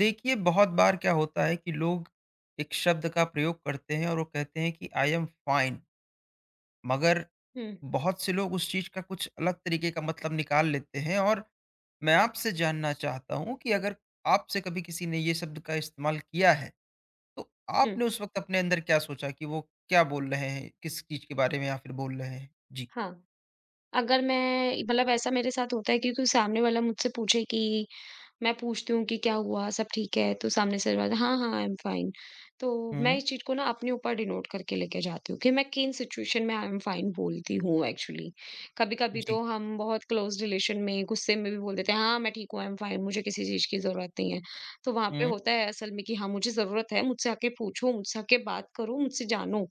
देखिए, बहुत बार क्या होता है कि लोग एक शब्द का प्रयोग करते हैं और वो कहते हैं कि आई एम फाइन, मगर हुँ, बहुत से लोग उस चीज़ का कुछ अलग तरीके का मतलब निकाल लेते हैं और मैं आपसे जानना चाहता हूँ कि अगर आपसे कभी किसी ने ये शब्द का इस्तेमाल किया है, तो हुँ, आपने उस वक़्त अपने अंदर क्या सोचा कि वो क्या बोल रहे हैं? किस चीज़ के बारे में या फिर बोल रहे हैं? जी। हाँ। अगर मैं मतलब ऐसा मेरे साथ होता है कि कोई सामने वाला मुझसे पूछे कि मैं पूछती हूँ कि क्या हुआ? सब ठीक है? तो सामने से वाला हाँ, हाँ, आई एम फाइन। तो मैं हुँ। इस चीज़ को ना अपने ऊपर डिनोट करके लेके जाती हूँ कि मैं किन सिचुएशन में आई एम फाइन बोलती हूँ एक्चुअली। कभी-कभी जी। तो हम बहुत क्लोज़ रिलेशन में गुस्से में भी बोल देते हैं, हाँ, मैं ठीक हूँ, आई एम फाइन, मुझे किसी चीज़ की ज़रूरत नहीं है। तो वहाँ पे हुँ। होता है असल में कि हाँ, मुझे ज़रूरत है, मुझसे आके पूछो, मुझसे आके बात करो, मुझसे जानो,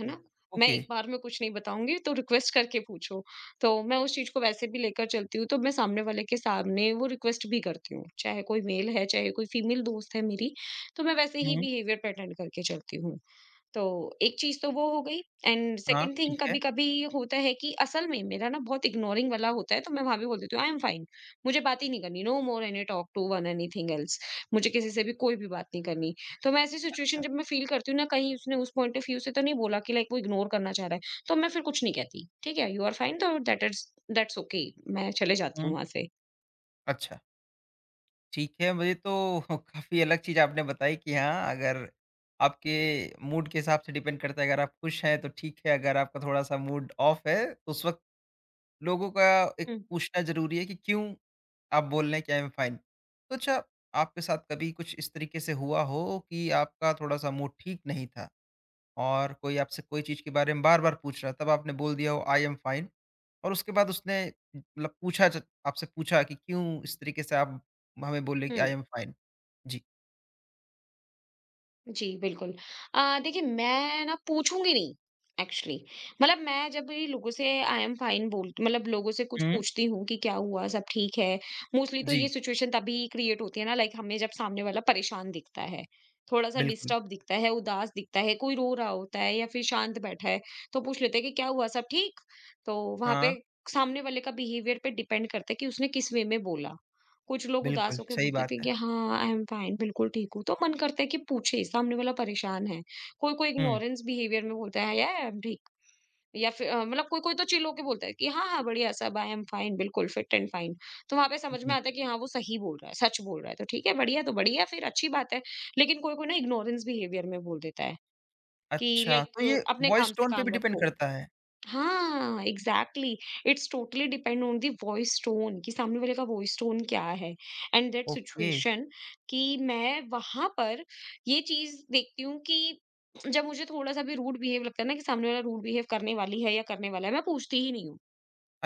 है ना? मैं ओके। एक बार में कुछ नहीं बताऊँगी, तो रिक्वेस्ट करके पूछो। तो मैं उस चीज़ को वैसे भी लेकर चलती हूँ, तो मैं सामने वाले के सामने वो रिक्वेस्ट भी करती हूँ, चाहे कोई मेल है, चाहे कोई फीमेल दोस्त है मेरी, तो मैं वैसे ही हुँ। बिहेवियर पैटर्न करके चलती हूँ। तो एक चीज़ तो वो हो गई एंड हाँ, सेकंड थिंग ठीक है। कभी-कभी होता है कि असल में मेरा ना बहुत इग्नोरिंग वाला होता है, तो मैं वहाँ भी बोल देती हूँ आई एम फाइन, मुझे बात ही नहीं करनी, no more any talk to one anything else, मुझे किसी से भी कोई भी बात नहीं करनी। तो मैं ऐसी सिचुएशन जब मैं फ़ील करती हूँ ना कहीं उसने उस पॉइंट ऑफ व्यू से तो नहीं बोला कि लाइक वो इग्नोर करना चाह रहा है, तो मैं फिर कुछ नहीं कहती, ठीक है? यू आर फाइन तो दैट्स ओके। मैं चले जाती हूँ हुँ। वहाँ से। अच्छा। ठीक है, मुझे तो काफ़ी अलग चीज़ आपने बताई कि हाँ, अगर आपके मूड के हिसाब से डिपेंड करता है, अगर आप खुश हैं, तो ठीक है, अगर आपका थोड़ा-सा मूड ऑफ है, तो उस वक़्त लोगों का एक हुँ, पूछना ज़रूरी है कि क्यों आप बोल रहे हैं कि आई एम फाइन। तो अच्छा, आपके साथ कभी कुछ इस तरीके से हुआ हो कि आपका थोड़ा-सा मूड ठीक नहीं था? और कोई आपसे कोई चीज़ के बारे में बार-बार पूछ रहा है, तब आपने बोल दिया हो आई एम फाइन और उसके बाद उसने मतलब पूछा ज आपसे पूछा कि क्यों इस तरीके से आप हमें बोले कि हुँ। आई एम फाइन? जी। जी, बिल्कुल। देखिए मैं ना पूछूँगी नहीं एक्चुअली। मतलब मैं जब भी लोगों से आई एम फाइन बोल मतलब लोगों से कुछ हुँ। पूछती हूँ कि क्या हुआ, सब ठीक है? मोस्टली तो ये जी, सिचुएशन तभी क्रिएट होती है ना लाइक हमें जब सामने वाला परेशान दिखता है, थोड़ा-सा बिल्कुल। डिस्टर्ब दिखता है, उदास दिखता है, कोई रो रहा होता है या फिर शांत बैठा है, तो पूछ लेते हैं कि क्या हुआ, सब ठीक? तो वहाँ हाँ, पे सामने वाले का बिहेवियर पे डिपेंड करता है कि उसने किस वे में बोला। कुछ लोग उदास बिल्कुल, होके सही बोलते बात थे है। कि हाँ, आई एम फाइन, बिल्कुल ठीक हूँ। तो मन करता है कि पूछे, सामने वाला परेशान है। कोई-कोई हुँ। इग्नोरेंस बिहेवियर में बोलता है, या आई एम ठीक या फिर कोई-कोई तो चिल होके बोलता है कि हाँ, हाँ, बढ़िया सब आई एम फाइन, बिल्कुल फिट एंड फाइन। तो वहाँ पे समझ में जी, आता है कि हाँ, वो सही बोल रहा है, सच बोल रहा है। तो ठीक है, बढ़िया तो बढ़िया फिर अच्छी बात है। लेकिन कोई-कोई ना इग्नोरेंस बिहेवियर में बोल देता है कि अच्छा, तो ये लाइक अपने वॉइस काम से टोन पे भी काम डिपेंड रखो। करता है? हाँ, exactly it's totally depend on the voice tone कि सामने वाले का वॉइस टोन क्या है एंड दैट ओके, सिचुएशन कि मैं वहाँ पर ये चीज़ देखती हूँ कि जब मुझे थोड़ा-सा भी रूड बिहेव लगता है ना कि सामने वाला रूड बिहेव करने वाली है या करने वाला है, मैं पूछती ही नहीं हूँ।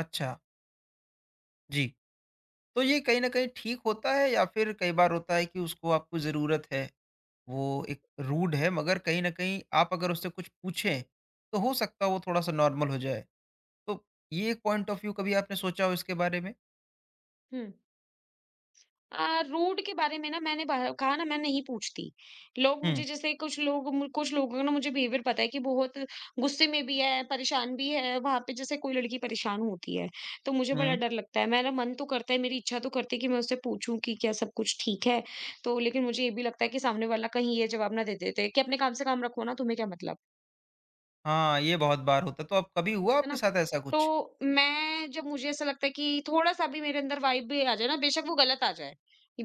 अच्छा, जी। तो ये कहीं न कहीं ठीक होता है या फिर कई बार होता है कि उसको आपको ज़रूरत है? वो एक रूड है मगर कहीं न कहीं आप अगर उससे कुछ पूछें, तो हो सकता है वो थोड़ा-सा नॉर्मल हो जाए। तो ये एक पॉइंट ऑफ व्यू कभी आपने सोचा हो इसके बारे में? हुँ। रोड के बारे में ना मैंने बा कहा ना मैं नहीं पूछती। लोग हुँ, मुझे जैसे कुछ लोग मु कुछ लोगों का ना मुझे बिहेवियर पता है कि बहुत गुस्से में भी है, परेशान भी है, वहाँ पे जैसे कोई लड़की परेशान होती है, तो मुझे बड़ा हुँ। डर लगता है। मेरा मन तो करता है, मेरी इच्छा तो करती है कि मैं उससे पूछूँ कि क्या सब कुछ ठीक है? तो लेकिन मुझे ये भी लगता है कि सामने वाला कहीं ये जवाब ना दे देते कि अपने काम से काम रखो ना, तुम्हें क्या मतलब? हाँ, ये बहुत बार होता है। तो अब कभी हुआ है आपके ना? साथ ऐसा तो कुछ? मैं जब मुझे ऐसा लगता है कि थोड़ा-सा भी मेरे अंदर वाइब भी आ जाए ना, बेशक वो गलत आ जाए,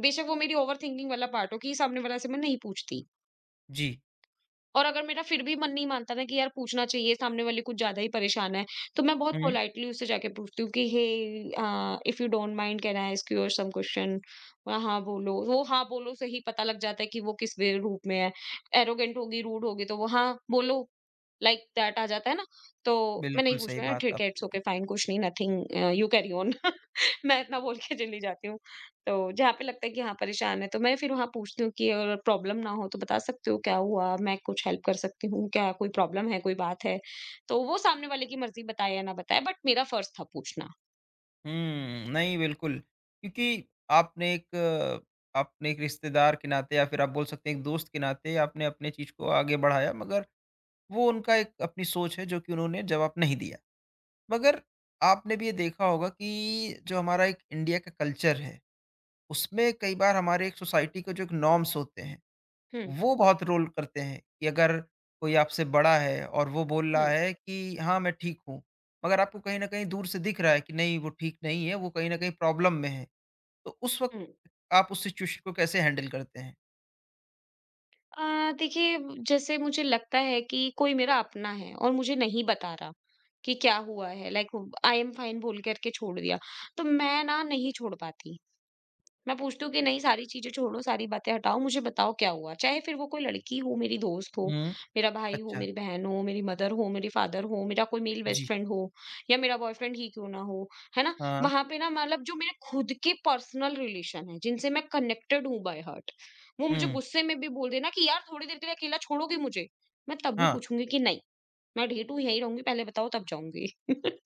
बेशक वो मेरी ओवरथिंकिंग वाला पार्ट हो कि सामने वाला से मैं नहीं पूछती। जी। और अगर मेरा फिर भी मन नहीं मानता ना कि यार पूछना चाहिए, सामने वाले कुछ ज़्यादा ही परेशान है, तो मैं बहुत हुँ, पोलाइटली उससे जाके पूछती हूँ कि hey if you don't mind can I ask you some question? हाँ बोलो, वो हाँ बोलो से ही पता लग जाता है कि वो किस वे रूप में है। एरोगेंट होगी, रूड होगी तो वो हाँ बोलो, लाइक दैट आ जाता है ना? तो मैं बिल्कुल नहीं पूछ सही रहा, बात ठीक है, इट्स आपने कही। ओके, फाइन, कुछ नहीं, नथिंग यू कैरी ऑन। मैं इतना बोल के चली जाती हूँ। तो जहाँ पे लगता है कि हाँ, परेशान है तो मैं फिर वहाँ पूछती हूँ कि अगर प्रॉब्लम ना हो तो बता सकते हो क्या हुआ? मैं कुछ हेल्प कर सकती हूँ क्या? कोई प्रॉब्लम है, कोई बात है? तो वो सामने वाले की मर्ज़ी बताए या ना बताए बट मेरा फ़र्ज़ था पूछना। हुँ, नहीं बिल्कुल, क्योंकि आपने एक अ, आपने एक रिश्तेदार के नाते या फिर आप बोल सकते हैं एक दोस्त के नाते आपने अपने चीज़ को आगे बढ़ाया मगर वो उनका एक अपनी सोच है जो कि उन्होंने जवाब नहीं दिया। मगर आपने भी ये देखा होगा कि जो हमारा एक इंडिया का कल्चर है, उसमें कई बार हमारे एक सोसाइटी के जो एक नॉर्म्स होते हैं, हुँ, वो बहुत रोल करते हैं कि अगर कोई आपसे बड़ा है और वो बोल रहा हुँ, है कि हाँ, मैं ठीक हूँ, मगर आपको कहीं न कहीं दूर से दिख रहा है कि नहीं, वो ठीक नहीं है, वो कहीं न कहीं प्रॉब्लम में है। तो उस वक़्त हुँ। आप उस सिचुएशन को कैसे हैंडल करते हैं? देखिए जैसे मुझे लगता है कि कोई मेरा अपना है और मुझे नहीं बता रहा कि क्या हुआ है लाइक आई एम फाइन बोल कर के छोड़ दिया। तो मैं ना नहीं छोड़ पाती। मैं पूछती हूँ कि नहीं सारी चीज़ें छोड़ो, सारी बातें हटाओ, मुझे बताओ क्या हुआ? चाहे फिर वो कोई लड़की हो, मेरी दोस्त हो, हुँ। मेरा भाई हो, अच्छा। मेरी बहन हो, मेरी मदर हो, मेरी फादर हो, मेरा कोई मेल बेस्ट जी। फ्रेंड हो या मेरा बॉयफ्रेंड ही क्यों ना हो, है ना? हाँ। वहाँ पे ना मतलब जो मेरे खुद के पर्सनल रिलेशन हैं, जिनसे मैं कनेक्टेड हूँ बाय हार्ट, वो मुझे हुँ। गुस्से में भी बोल देना कि यार थोड़ी देर के लिए अकेला छोड़ोगी मुझे? मैं तब भी हाँ। पूछूँगी कि नहीं, मैं ढीठ हूँ, यहीं रहूँगी, पहले बताओ तब जाऊँगी।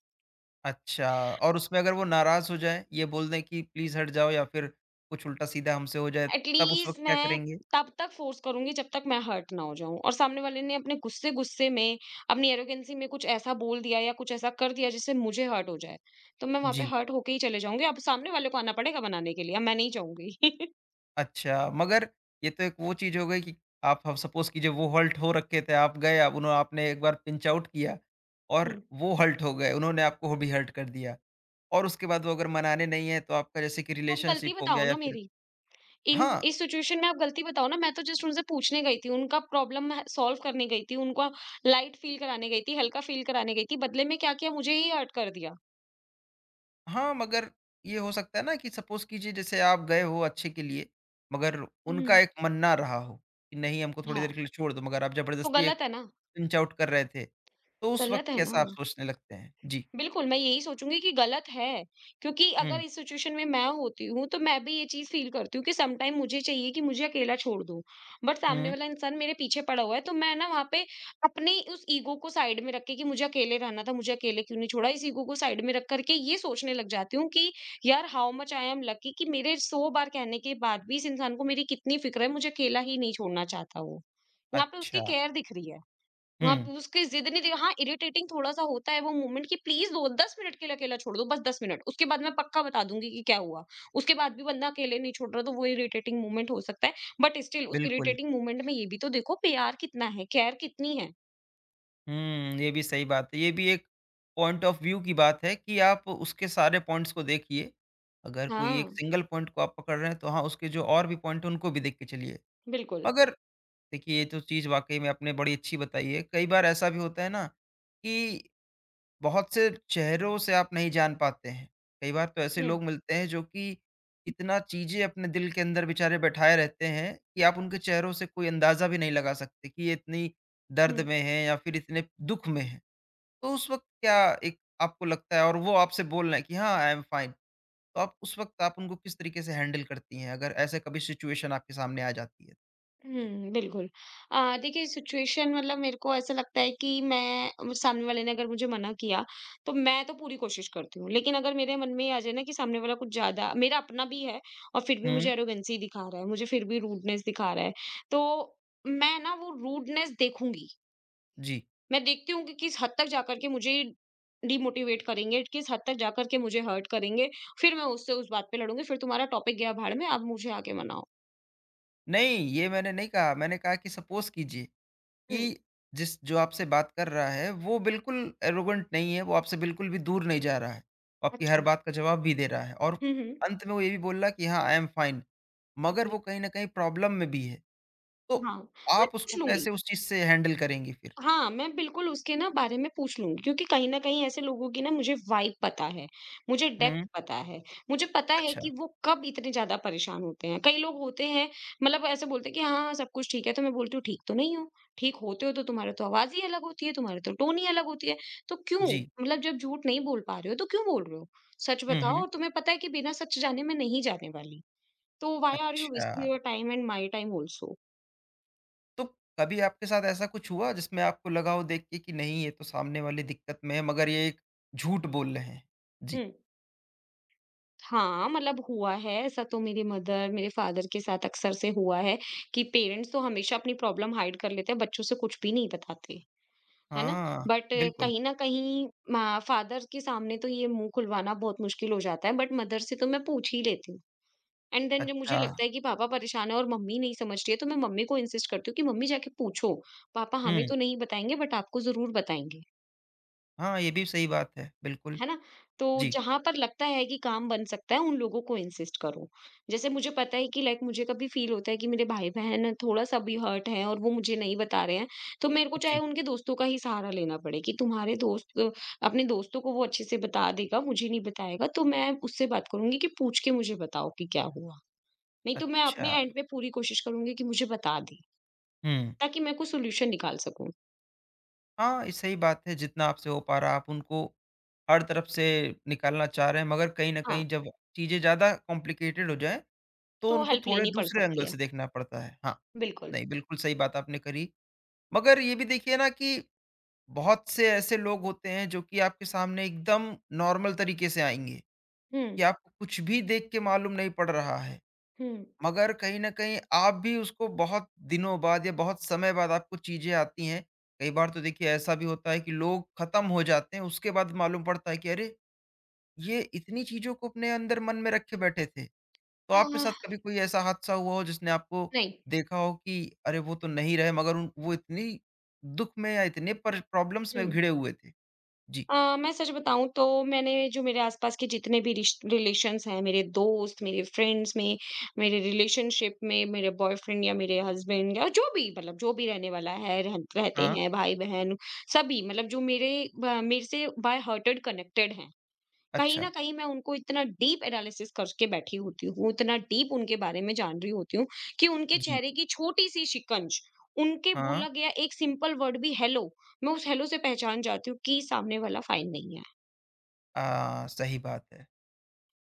अच्छा, और उसमें अगर वो नाराज़ हो जाएँ, ये बोल दें कि प्लीज़ हट जाओ या फिर कुछ उल्टा-सीधा हमसे हो जाए, तब उस वक़्त एटलीस्ट क्या मैं करेंगे? तब तक फोर्स करूँगी जब तक मैं हर्ट ना हो जाऊँ और सामने वाले ने अपने गुस्से-गुस्से में, अपनी एरोगेंसी में कुछ ऐसा बोल दिया या कुछ ऐसा कर दिया जिससे मुझे हर्ट हो जाए, तो मैं वहाँ पे जी, हर्ट होके ही चले जाऊँगी। अब सामने वाले को आना पड़ेगा मनाने के लिए, अब मैं नहीं जाऊँगी। अच्छा, मगर ये तो एक वो चीज़ हो गई कि आप अब सपोज़ कीजिए वो हॉल्ट हो रखे थे, आप गए आप उन्हों आपने एक बार पिंच आउट किया और हुँ। वो हॉल्ट हो गए, उन्होंने आपको भी हर्ट कर दिया और उसके बाद वो अगर मनाने नहीं है, तो आपका जैसे कि आप गलती रिलेशनशिप हो बताओ गया या ना फिर मेरी। इन हाँ। इस सिचुएशन में आप गलती बताओ ना, मैं तो जस्ट उनसे पूछने गई थी, उनका प्रॉब्लम मैं सॉल्व करने गई थी, उनको लाइट फील कराने गई थी, हल्का फील कराने गई थी, बदले में क्या किया मुझे ही हर्ट कर दिया। हाँ, मगर ये हो सकता है ना कि सपोज़ कीजिए जैसे आप गए हो अच्छे के लिए, मगर उनका हुँ। एक मन्ना रहा हो कि नहीं हमको थोड़ी हाँ, देर के लिए छोड़ दो, मगर आप तो ज़बरदस्ती एक पिंच आउट कर रहे थे, तो उस वक़्त गलत है ना। कैसा आप सोचने लगते हैं? जी। बिल्कुल, मैं यही सोचूँगी कि गलत है, क्योंकि अगर हुँ, इस सिचुएशन में मैं होती हूँ, तो मैं भी ये चीज़ फ़ील करती हूँ कि सम टाइम मुझे चाहिए कि मुझे अकेला छोड़ दो। बट सामने हुँ, वाला इंसान मेरे पीछे पड़ा हुआ है, तो मैं ना वहाँ पे अपनी उस ईगो को साइड में रख के कि मुझे अकेले रहना था, मुझे अकेले क्यों नहीं छोड़ा, इस ईगो को साइड में रख कर के ये सोचने लग जाती हूँ कि यार how much I am lucky कि मेरे 100 बार कहने के बाद भी इस इंसान को मेरी कितनी फ़िक्र है, मुझे अकेला ही नहीं छोड़ना चाहता वो। यहाँ पे उसकी अच्छा। केयर दिख रही है। वहाँ हुँ, पे उसकी जिद नहीं थी हाँ, इरिटेटिंग थोड़ा-सा होता है वो मोमेंट कि प्लीज़ दो 10 मिनट के लिए अकेला छोड़ दो, बस 10 मिनट। उसके बाद मैं पक्का बता दूँगी कि क्या हुआ। उसके बाद भी बंदा अकेले नहीं छोड़ रहा तो वो इरिटेटिंग मोमेंट हो सकता है। बट स्टिल उस बिल्कुल। इरिटेटिंग मोमेंट में ये भी तो देखो प्यार कितना है, केयर कितनी है। हुँ, ये भी सही बात है। ये भी एक पॉइंट ऑफ व्यू की बात है कि आप उसके सारे पॉइंट्स को देखिए। अगर कोई एक हाँ, सिंगल पॉइंट को आप पकड़ रहे हैं, तो हाँ, उसके जो और भी पॉइंट हैं, उनको भी देख के चलिए। बिल्कुल। मगर देखिए, ये तो चीज़ वाक़ई में आपने बड़ी अच्छी बताई है। कई बार ऐसा भी होता है ना कि बहुत से चेहरों से आप नहीं जान पाते हैं। कई बार तो ऐसे हुँ, लोग मिलते हैं जो कि इतना चीज़ें अपने दिल के अंदर बेचारे बैठाए रहते हैं कि आप उनके चेहरों से कोई अंदाज़ा भी नहीं लगा सकते कि ये इतनी दर्द हुँ। में हैं या फिर इतने दुःख में हैं। तो उस वक़्त क्या एक आपको लगता है और वो आपसे बोल रहे हैं कि हाँ, आई एम फाइन। तो आप उस वक़्त आप उनको किस तरीके से हैंडल करती हैं अगर ऐसे कभी सिचुएशन आपके सामने आ जाती है? जी। हुँ, बिल्कुल। देखिए सिचुएशन मतलब मेरे को ऐसा लगता है कि मैं सामने वाले ने अगर मुझे मना किया, तो मैं तो पूरी कोशिश करती हूँ। लेकिन अगर मेरे मन में ये आ जाए ना कि सामने वाला कुछ ज़्यादा मेरा अपना भी है और फिर भी हुँ। मुझे एरोगेंसी दिखा रहा है, मुझे फिर भी रूडनेस दिखा रहा है, तो मैं ना वो रूडनेस देखूँगी। जी। मैं देखती हूँ कि किस हद तक जाकर के मुझे डिमोटिवेट करेंगे, किस हद तक जाकर के मुझे हर्ट करेंगे, फिर मैं उससे उस बात पे लड़ूँगी, फिर तुम्हारा टॉपिक गया भाड़ में, अब मुझे आगे मनाओ। नहीं, ये मैंने नहीं कहा, मैंने कहा कि सपोज़ कीजिए हुँ, कि जिस जो आपसे बात कर रहा है, वो बिल्कुल एरोगेंट नहीं है, वो आपसे बिल्कुल भी दूर नहीं जा रहा है। वो आपकी हर अच्छा। बात का जवाब भी दे रहा है और हुँ, हुँ। अंत में वो ये भी बोल रहा है कि हाँ, आई एम फाइन, मगर ओके। वो कहीं न कहीं प्रॉब्लम में भी है। तो हाँ, मैं आप उसको पूछ लूँगी। कैसे उस चीज़ से हैंडल करेंगी फिर? हाँ, मैं बिल्कुल उसके ना बारे में पूछ लूँगी क्योंकि कहीं न कहीं ऐसे लोगों की ना मुझे वाइब पता है, मुझे हुँ, डेप्थ पता है। मुझे पता है अच्छा। कि वो कब इतने ज़्यादा परेशान होते हैं। कई लोग होते हैं मतलब ऐसे बोलते हैं कि हाँ, हाँ, सब कुछ ठीक है, तो मैं बोलती हूँ ठीक तो नहीं हो। ठीक होते हो तो तुम्हारा तो आवाज़ ही अलग होती है, तुम्हारी तो टोन ही अलग होती है। तो क्यों? जी। मतलब जब झूठ नहीं बोल पा रहे हो तो क्यों बोल रहे हो? सच हुँ, बताओ हुँ। और तुम्हें पता है कि बिना सच जाने मैं नहीं जाने वाली। तो व्हाई आर यू अच्छा। Wasting your time and my time also? तो कभी आपके साथ ऐसा कुछ हुआ जिसमें आपको लगा हो देख के कि नहीं, ये तो सामने वाले दिक्कत में है, मगर ये एक झूठ बोल रहे हैं? जी। हुँ। हाँ, मतलब हुआ है ऐसा तो मेरी मदर, मेरे फादर के साथ अक्सर से हुआ है कि पेरेंट्स तो हमेशा अपनी प्रॉब्लम हाइड कर लेते हैं, बच्चों से कुछ भी नहीं बताते, है ना? हाँ, बट बिल्कुल, कहीं न कहीं मा फादर के सामने तो ये मुँह खुलवाना बहुत मुश्किल हो जाता है, बट मदर से तो मैं पूछ ही लेती हूँ। एंड देन जब मुझे अच्छा। लगता है कि पापा परेशान है और मम्मी नहीं समझ रही है, तो मैं मम्मी को इंसिस्ट करती हूँ कि मम्मी जाके पूछो, पापा हमें हुँ, तो नहीं बताएँगे बट आपको ज़रूर बताएँगे। हाँ, ये भी सही बात है, बिल्कुल। है ना? तो जी, जहाँ पर लगता है कि काम बन सकता है, उन लोगों को इंसिस्ट करो। जैसे मुझे पता है कि लाइक मुझे कभी फ़ील होता है कि मेरे भाई-बहन थोड़ा-सा भी हर्ट हैं और वो मुझे नहीं बता रहे हैं, तो मेरे को चाहे जी, उनके दोस्तों का ही सहारा लेना पड़े कि तुम्हारे दोस्त अपने दोस्तों को वो अच्छे से बता देगा, मुझे नहीं बताएगा, तो मैं उससे बात करूँगी कि पूछ के मुझे बताओ कि क्या हुआ। नहीं तो मैं अपने अच्छा, एंड पे पूरी कोशिश करूँगी कि मुझे बता दें, हुँ। ताकि मैं कोई सॉल्यूशन निकाल सकूँ। हाँ, ये सही बात है, जितना आपसे हो पा रहा आप उनको हर तरफ से निकालना चाह रहे हैं, मगर कहीं न हाँ, कहीं जब चीज़ें ज़्यादा कॉम्प्लिकेटेड हो जाएँ, तो तो उनको हेल्प थोड़े लेनी पड़ दूसरे सकती एंगल है। से देखना पड़ता है। हाँ, बिल्कुल। नहीं, बिल्कुल सही बात आपने करी। मगर ये भी देखिए ना कि बहुत से ऐसे लोग होते हैं, जो कि आपके सामने एकदम नॉर्मल तरीके से आएँगे, हुँ, कि आपको कुछ भी देख के मालूम नहीं पड़ रहा है। हुँ। मगर कहीं न कहीं आप भी उसको बहुत दिनों बाद या बहुत समय बाद आपको चीज़ें आती हैं। कई बार तो देखिए ऐसा भी होता है कि लोग ख़त्म हो जाते हैं, उसके बाद मालूम पड़ता है कि अरे! ये इतनी चीज़ों को अपने अंदर मन में रखे बैठे थे। तो अ, आपके साथ कभी कोई ऐसा हादसा हुआ हो जिसने आपको नहीं। देखा हो कि अरे! वो तो नहीं रहे मगर उन वो इतनी दुःख में या इतने पर प्रॉब्लम्स में हुँ। घिरे हुए थे? जी। मैं सच बताऊँ तो मैंने जो मेरे आस-पास के जितने भी रिश रिलेशंस हैं, मेरे दोस्त, मेरे फ्रेंड्स में, मेरे रिलेशनशिप में, मेरे बॉयफ्रेंड या मेरे हस्बैंड या जो भी मतलब जो भी रहने वाला है, रह रहते हाँ, हैं भाई-बहन सभी मतलब जो मेरे ब मेरे से बाय हार्टेड कनेक्टेड हैं। कहीं अच्छा। न कहीं मैं उनको इतना डीप एनालिसिस करके बैठी होती हूँ, इतना डीप उनके बारे में जान रही होती हूँ कि उनके जी। चेहरे की छोटी-सी शिकंज, उनके हाँ। बोला गया एक सिंपल वर्ड भी हेलो, मैं उस हेलो से पहचान जाती हूँ कि सामने वाला फाइन नहीं है। अ, सही बात है।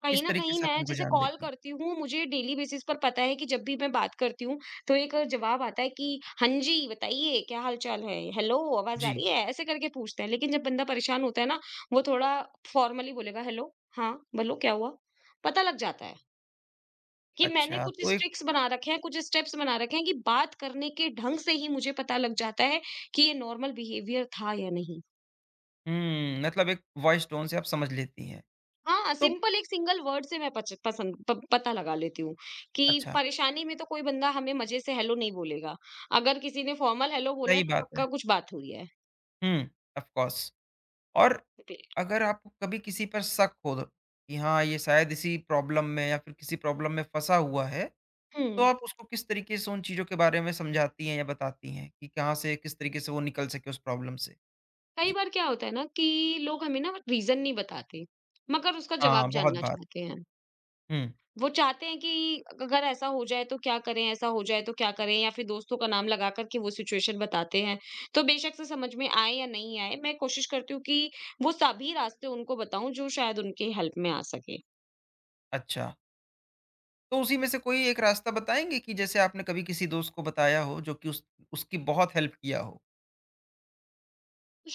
कहीं इस न तरीके कहीं से आप मैं उनको जैसे जान कॉल लेती हैं। करती हूँ, मुझे डेली बेसिस पर पता है कि जब भी मैं बात करती हूँ, तो एक जवाब आता है कि हाँ जी, बताइए क्या हाल-चाल है? हेलो, आवाज़ आ जी। रही है? ऐसे करके पूछते हैं, लेकिन जब बंदा परेशान होता है ना, वो थोड़ा फॉर्मली बोलेगा हेलो, हाँ, बोलो क्या हुआ? पता लग जाता है। कि मैंने अच्छा, कुछ तो एक ट्रिक्स बना रखे हैं, कुछ स्टेप्स बना रखे हैं कि बात करने के ढंग से ही मुझे पता लग जाता है कि ये नॉर्मल बिहेवियर था या नहीं। हुँ, मतलब एक वॉइस टोन से आप समझ लेती हैं। हाँ, तो सिंपल एक सिंगल वर्ड से मैं पच पसंद प पता लगा लेती हूँ कि अच्छा, परेशानी में तो कोई बंदा हमें मज़े से हेलो नहीं बोलेगा। अगर किसी ने फॉर्मल हेलो बोला है सही तो बात है। पक्का कुछ बात हुई है। हुँ, ऑफ़ कोर्स, और पे अगर आपको कभी किसी पर शक हो कि हाँ, ये शायद इसी प्रॉब्लम में या फिर किसी प्रॉब्लम में फँसा हुआ है, तो हुँ, आप उसको किस तरीके से उन चीज़ों के बारे में समझाती हैं या बताती हैं कि कहाँ से किस तरीके से वो निकल सके उस प्रॉब्लम से? कई जी। बार क्या होता है ना कि लोग हमें ना रीज़न नहीं बताते, मगर उसका हाँ, जवाब बहुत जानना बार। चाहते हैं। हुँ, वो चाहते हैं कि अगर ऐसा हो जाए तो क्या करें, ऐसा हो जाए तो क्या करें? या फिर दोस्तों का नाम लगा कर के वो सिचुएशन बताते हैं। तो बेशक से समझ में आए या नहीं आए, मैं कोशिश करती हूँ कि वो सभी रास्ते उनको बताऊँ जो शायद उनकी हेल्प में आ सके। अच्छा। तो उसी में से कोई एक रास्ता बताएँगे कि जैसे आपने कभी किसी दोस्त को बताया हो जो कि उस उसकी बहुत हेल्प किया हो?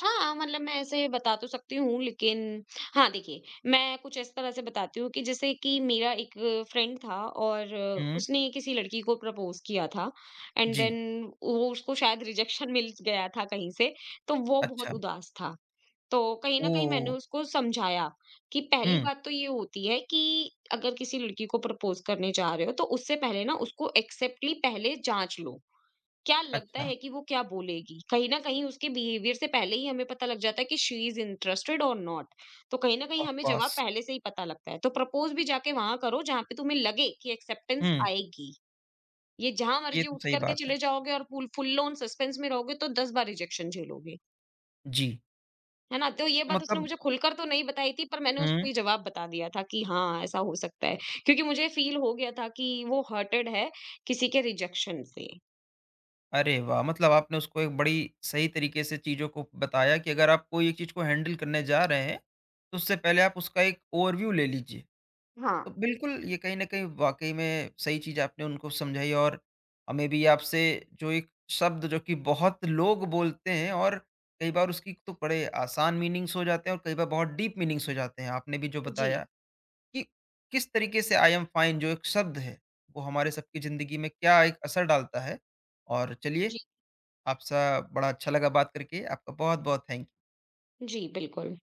हाँ, मतलब मैं ऐसे बता तो सकती हूँ लेकिन हाँ, देखिए मैं कुछ इस तरह से बताती हूँ कि जैसे कि मेरा एक फ्रेंड था और हुँ। उसने किसी लड़की को प्रपोज़ किया था एंड जी, देन वो उसको शायद रिजेक्शन मिल गया था कहीं से, तो वो अच्छा। बहुत उदास था। तो कहीं न कहीं मैंने ओह! उसको समझाया कि पहली हुँ, बात तो ये होती है कि अगर किसी लड़की को प्रपोज़ करने जा रहे हो तो उससे पहले ना उसको एक्सेप्टली पहले जाँच लो। क्या लगता अच्छा, है कि वो क्या बोलेगी? कहीं न कहीं उसके बिहेवियर से पहले ही हमें पता लग जाता है कि शी इज़ इंटरेस्टेड और नॉट। तो कहीं न कहीं ऑफ़ हमें जवाब कोर्स। पहले से ही पता लगता है। तो प्रपोज़ भी जाके वहाँ करो जहाँ पे तुम्हें लगे कि एक्सेप्टेंस हुँ, आएगी। ये जहाँ ये मर्ज़ी तो उठ सही कर के बात है। चले जाओगे और फुल फुल ऑन सस्पेंस में रहोगे तो 10 बार रिजेक्शन झेलोगे। जी। है ना? तो ये तो बात उसने मतलब मुझे खुलकर तो नहीं बताई थी पर मैंने उसको हुँ, ये जवाब बता दिया था कि हाँ, ऐसा हो सकता है। क्योंकि मुझे फ़ील हो गया था कि वो हर्टेड है किसी के रिजेक्शन से। अरे वाह! मतलब आपने उसको एक बड़ी सही तरीके से चीज़ों को बताया कि अगर आप कोई एक चीज़ को हैंडल करने जा रहे हैं, तो उससे पहले आप उसका एक ओवरव्यू ले लीजिए। हाँ। तो बिल्कुल, ये कहीं न कहीं वाक़ई में सही चीज़ आपने उनको समझाई और हमें भी आपसे जो एक शब्द जो कि बहुत लोग बोलते हैं और कई बार उसकी तो बड़े आसान मीनिंग्स हो जाते हैं और कई बार बहुत डीप मीनिंग्स हो जाते हैं। आपने भी जो जी, बताया कि किस तरीके से आई एम फाइन जो एक शब्द है, वो हमारे सबकी ज़िंदगी में क्या एक असर डालता है। और चलिए जी, आपसा बड़ा अच्छा लगा बात करके, आपका बहुत-बहुत थैंक जी, बिल्कुल।